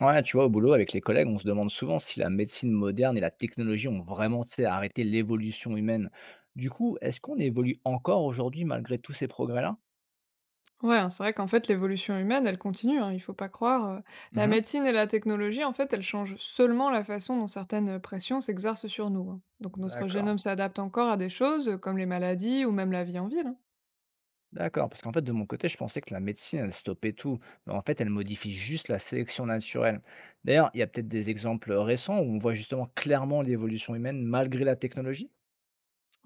Ouais, tu vois, au boulot, avec les collègues, on se demande souvent si la médecine moderne et la technologie ont vraiment, tu sais, arrêté l'évolution humaine. Du coup, est-ce qu'on évolue encore aujourd'hui malgré tous ces progrès-là? Ouais, hein, c'est vrai qu'en fait, l'évolution humaine, elle continue, hein, il faut pas croire. La Mhm. médecine et la technologie, en fait, elles changent seulement la façon dont certaines pressions s'exercent sur nous, hein. Donc notre D'accord, génome s'adapte encore à des choses comme les maladies ou même la vie en ville, hein. d'accord. Parce qu'en fait, de mon côté, je pensais que la médecine, elle stoppait tout. Mais en fait, elle modifie juste la sélection naturelle. D'ailleurs, il y a peut-être des exemples récents où on voit justement clairement l'évolution humaine malgré la technologie?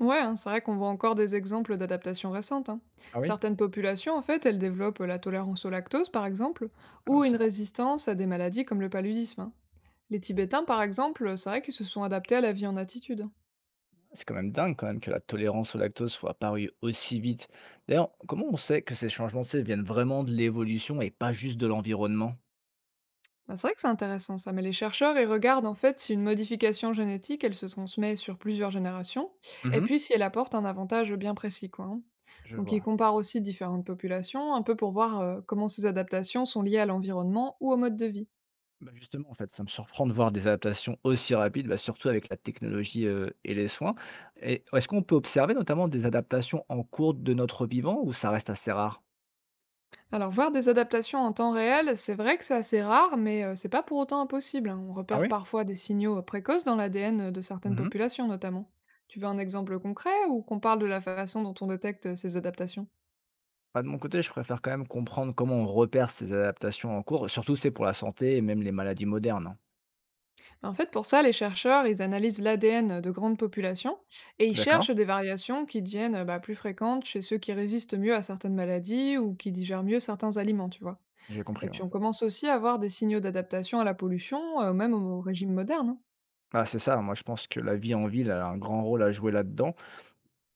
Ouais, hein, c'est vrai qu'on voit encore des exemples d'adaptations récentes, hein. Ah oui? Certaines populations, en fait, elles développent la tolérance au lactose, par exemple, Ah, ouais, ou une ça. résistance à des maladies comme le paludisme, hein. Les Tibétains, par exemple, c'est vrai qu'ils se sont adaptés à la vie en altitude. C'est quand même dingue quand même que la tolérance au lactose soit apparue aussi vite. D'ailleurs, comment on sait que ces changements, tu sais, viennent vraiment de l'évolution et pas juste de l'environnement? Bah, c'est vrai que c'est intéressant ça, mais les chercheurs, ils regardent en fait si une modification génétique, elle se transmet sur plusieurs générations, et Mhm. puis si elle apporte un avantage bien précis, quoi, hein. Je Donc ils vois. comparent aussi différentes populations, un peu pour voir comment ces adaptations sont liées à l'environnement ou au mode de vie. Bah justement, en fait, ça me surprend de voir des adaptations aussi rapides, bah, surtout avec la technologie et les soins. Et est-ce qu'on peut observer notamment des adaptations en cours de notre vivant ou ça reste assez rare? Alors voir des adaptations en temps réel, c'est vrai que c'est assez rare, mais c'est pas pour autant impossible, hein. On Ah repère oui. parfois des signaux précoces dans l'ADN de certaines Mhm. populations notamment. Tu veux un exemple concret ou qu'on parle de la façon dont on détecte ces adaptations? Bah, de mon côté, je préfère quand même comprendre comment on repère ces adaptations en cours, surtout c'est pour la santé et même les maladies modernes, hein. En fait, pour ça, les chercheurs, ils analysent l'ADN de grandes populations et ils D'accord. cherchent des variations qui deviennent bah, plus fréquentes chez ceux qui résistent mieux à certaines maladies ou qui digèrent mieux certains aliments, tu vois. J'ai compris, Et ouais. puis on commence aussi à voir des signaux d'adaptation à la pollution, même au régime moderne, hein. Bah, c'est ça, moi je pense que la vie en ville, elle a un grand rôle à jouer là-dedans.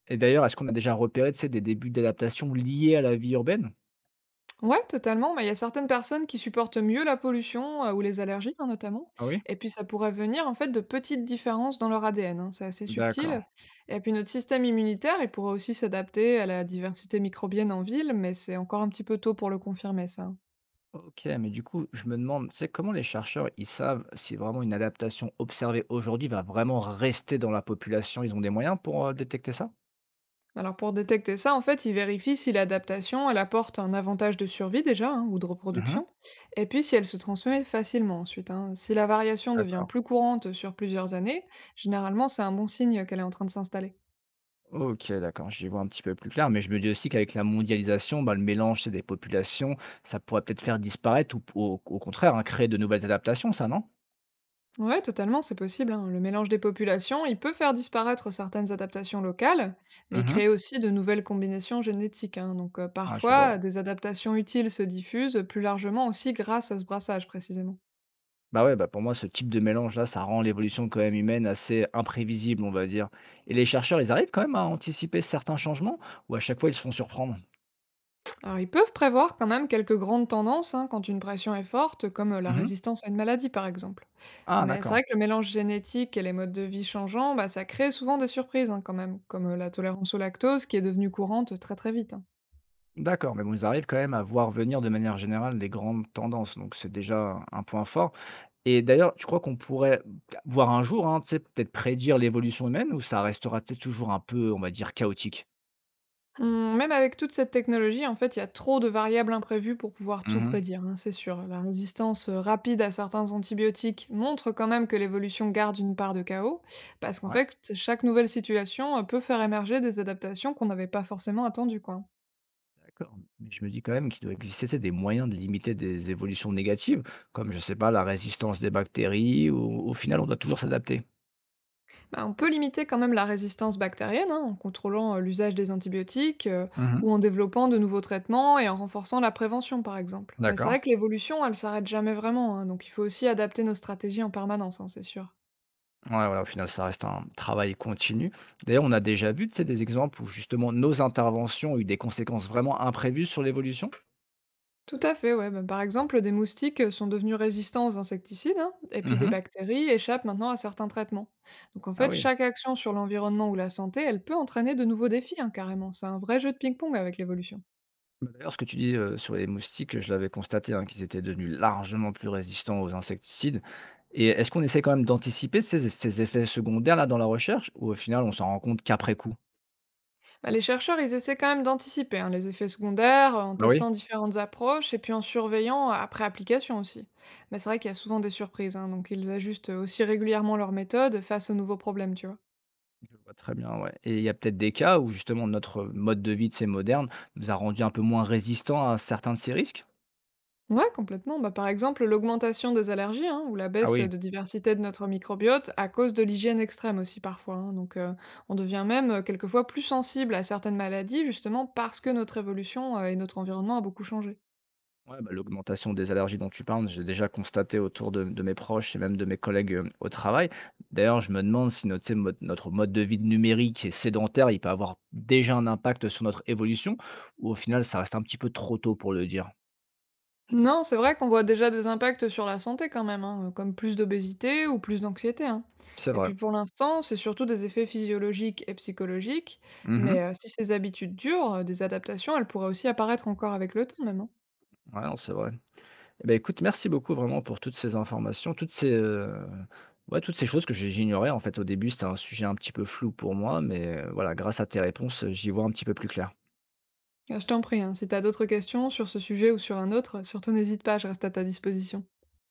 Et d'ailleurs, est-ce qu'on a déjà repéré, tu sais, des débuts d'adaptation liés à la vie urbaine? Ouais, totalement. Mais il y a certaines personnes qui supportent mieux la pollution ou les allergies, hein, notamment. Ah oui? Et puis ça pourrait venir en fait de petites différences dans leur ADN, hein. C'est assez D'accord. subtil. Et puis notre système immunitaire, il pourrait aussi s'adapter à la diversité microbienne en ville, mais c'est encore un petit peu tôt pour le confirmer ça. OK, mais du coup, je me demande, tu sais, comment les chercheurs, ils savent si vraiment une adaptation observée aujourd'hui va vraiment rester dans la population? Ils ont des moyens pour détecter ça? Alors pour détecter ça, en fait, ils vérifient si l'adaptation elle apporte un avantage de survie déjà hein, ou de Mhm. reproduction, et puis si elle se transmet facilement ensuite, hein. Si la variation devient D'accord. plus courante sur plusieurs années, généralement c'est un bon signe qu'elle est en train de s'installer. Ok, d'accord, j'y vois un petit peu plus clair, mais je me dis aussi qu'avec la mondialisation, bah, le mélange c'est des populations, ça pourrait peut-être faire disparaître ou, au contraire hein, créer de nouvelles adaptations, ça, non? Ouais, totalement, c'est possible, hein. Le mélange des populations, il peut faire disparaître certaines adaptations locales, mais il crée Mhm. aussi de nouvelles combinaisons génétiques, hein. Donc Ah, je parfois, vois. des adaptations utiles se diffusent plus largement aussi grâce à ce brassage précisément. Bah, ouais, bah, pour moi, ce type de mélange-là, ça rend l'évolution quand même humaine assez imprévisible, on va dire. Et les chercheurs, ils arrivent quand même à anticiper certains changements ou à chaque fois ils se font surprendre? Alors ils peuvent prévoir quand même quelques grandes tendances hein, quand une pression est forte, comme la Mhm. résistance à une maladie par exemple. Ah, Mais c'est d'accord. vrai que le mélange génétique et les modes de vie changeants, bah, ça crée souvent des surprises hein, quand même, comme la tolérance au lactose qui est devenue courante très très vite, hein. D'accord, mais bon, ils arrivent quand même à voir venir de manière générale des grandes tendances, donc c'est déjà un point fort. Et d'ailleurs, tu crois qu'on pourrait voir un jour, hein, tu sais, peut-être prédire l'évolution humaine ou ça restera peut-être toujours un peu, on va dire, chaotique? Mmh, même avec toute cette technologie, en fait, il y a trop de variables imprévues pour pouvoir tout Mhm. prédire, hein, c'est sûr. La résistance rapide à certains antibiotiques montre quand même que l'évolution garde une part de chaos, parce qu'en Ouais. fait, chaque nouvelle situation peut faire émerger des adaptations qu'on n'avait pas forcément attendues, quoi. D'accord, mais je me dis quand même qu'il doit exister, tu sais, des moyens de limiter des évolutions négatives, comme, je sais pas, la résistance des bactéries, ou au final, on doit toujours s'adapter? Bah, on peut limiter quand même la résistance bactérienne hein, en contrôlant l'usage des antibiotiques Mmh. ou en développant de nouveaux traitements et en renforçant la prévention, par exemple. Mais c'est D'accord. vrai que l'évolution, elle s'arrête jamais vraiment, hein, donc il faut aussi adapter nos stratégies en permanence, hein, c'est sûr. Ouais, voilà, au final, ça reste un travail continu. D'ailleurs, on a déjà vu, tu sais, des exemples où justement nos interventions ont eu des conséquences vraiment imprévues sur l'évolution? Tout à fait, ouais. Ben, par exemple, des moustiques sont devenus résistants aux insecticides, hein, et puis des Mmh. bactéries échappent maintenant à certains traitements. Donc en Ah fait, oui. chaque action sur l'environnement ou la santé, elle peut entraîner de nouveaux défis, hein, carrément. C'est un vrai jeu de ping-pong avec l'évolution. Bah, d'ailleurs, ce que tu dis, sur les moustiques, je l'avais constaté, hein, qu'ils étaient devenus largement plus résistants aux insecticides et est-ce qu'on essaie quand même d'anticiper ces effets secondaires-là dans la recherche ou au final on s'en rend compte qu'après coup? Ben, les chercheurs, ils essaient quand même d'anticiper hein, les effets secondaires en Ah oui? testant différentes approches et puis en surveillant après application aussi. Mais c'est vrai qu'il y a souvent des surprises, hein, donc ils ajustent aussi régulièrement leurs méthodes face aux nouveaux problèmes, tu vois. Je vois très bien, ouais, et il y a peut-être des cas où justement notre mode de vie, de ces modernes nous a rendus un peu moins résistants à certains de ces risques? Ouais, complètement. Bah, par exemple, l'augmentation des allergies hein, ou la Ah baisse oui. de diversité de notre microbiote à cause de l'hygiène extrême aussi parfois, hein. Donc, on devient même quelquefois plus sensible à certaines maladies justement parce que notre évolution et notre environnement a beaucoup changé. Ouais, bah, l'augmentation des allergies dont tu parles, j'ai déjà constaté autour de mes proches et même de mes collègues au travail. D'ailleurs, je me demande si notre, tu sais, mode, notre mode de vie numérique et sédentaire, il peut avoir déjà un impact sur notre évolution, ou au final, ça reste un petit peu trop tôt pour le dire. Non, c'est vrai qu'on voit déjà des impacts sur la santé quand même, hein, comme plus d'obésité ou plus d'anxiété, hein. C'est Et vrai. puis pour l'instant, c'est surtout des effets physiologiques et psychologiques, Mhm. mais si ces habitudes durent, des adaptations, elles pourraient aussi apparaître encore avec le temps même, hein. Ouais, non, c'est vrai. Eh ben, écoute, merci beaucoup vraiment pour toutes ces informations, toutes ces, ouais, toutes ces choses que j'ignorais. En fait, au début, c'était un sujet un petit peu flou pour moi, mais voilà, grâce à tes réponses, j'y vois un petit peu plus clair. Je t'en prie, hein, si t'as d'autres questions sur ce sujet ou sur un autre, surtout n'hésite pas, je reste à ta disposition.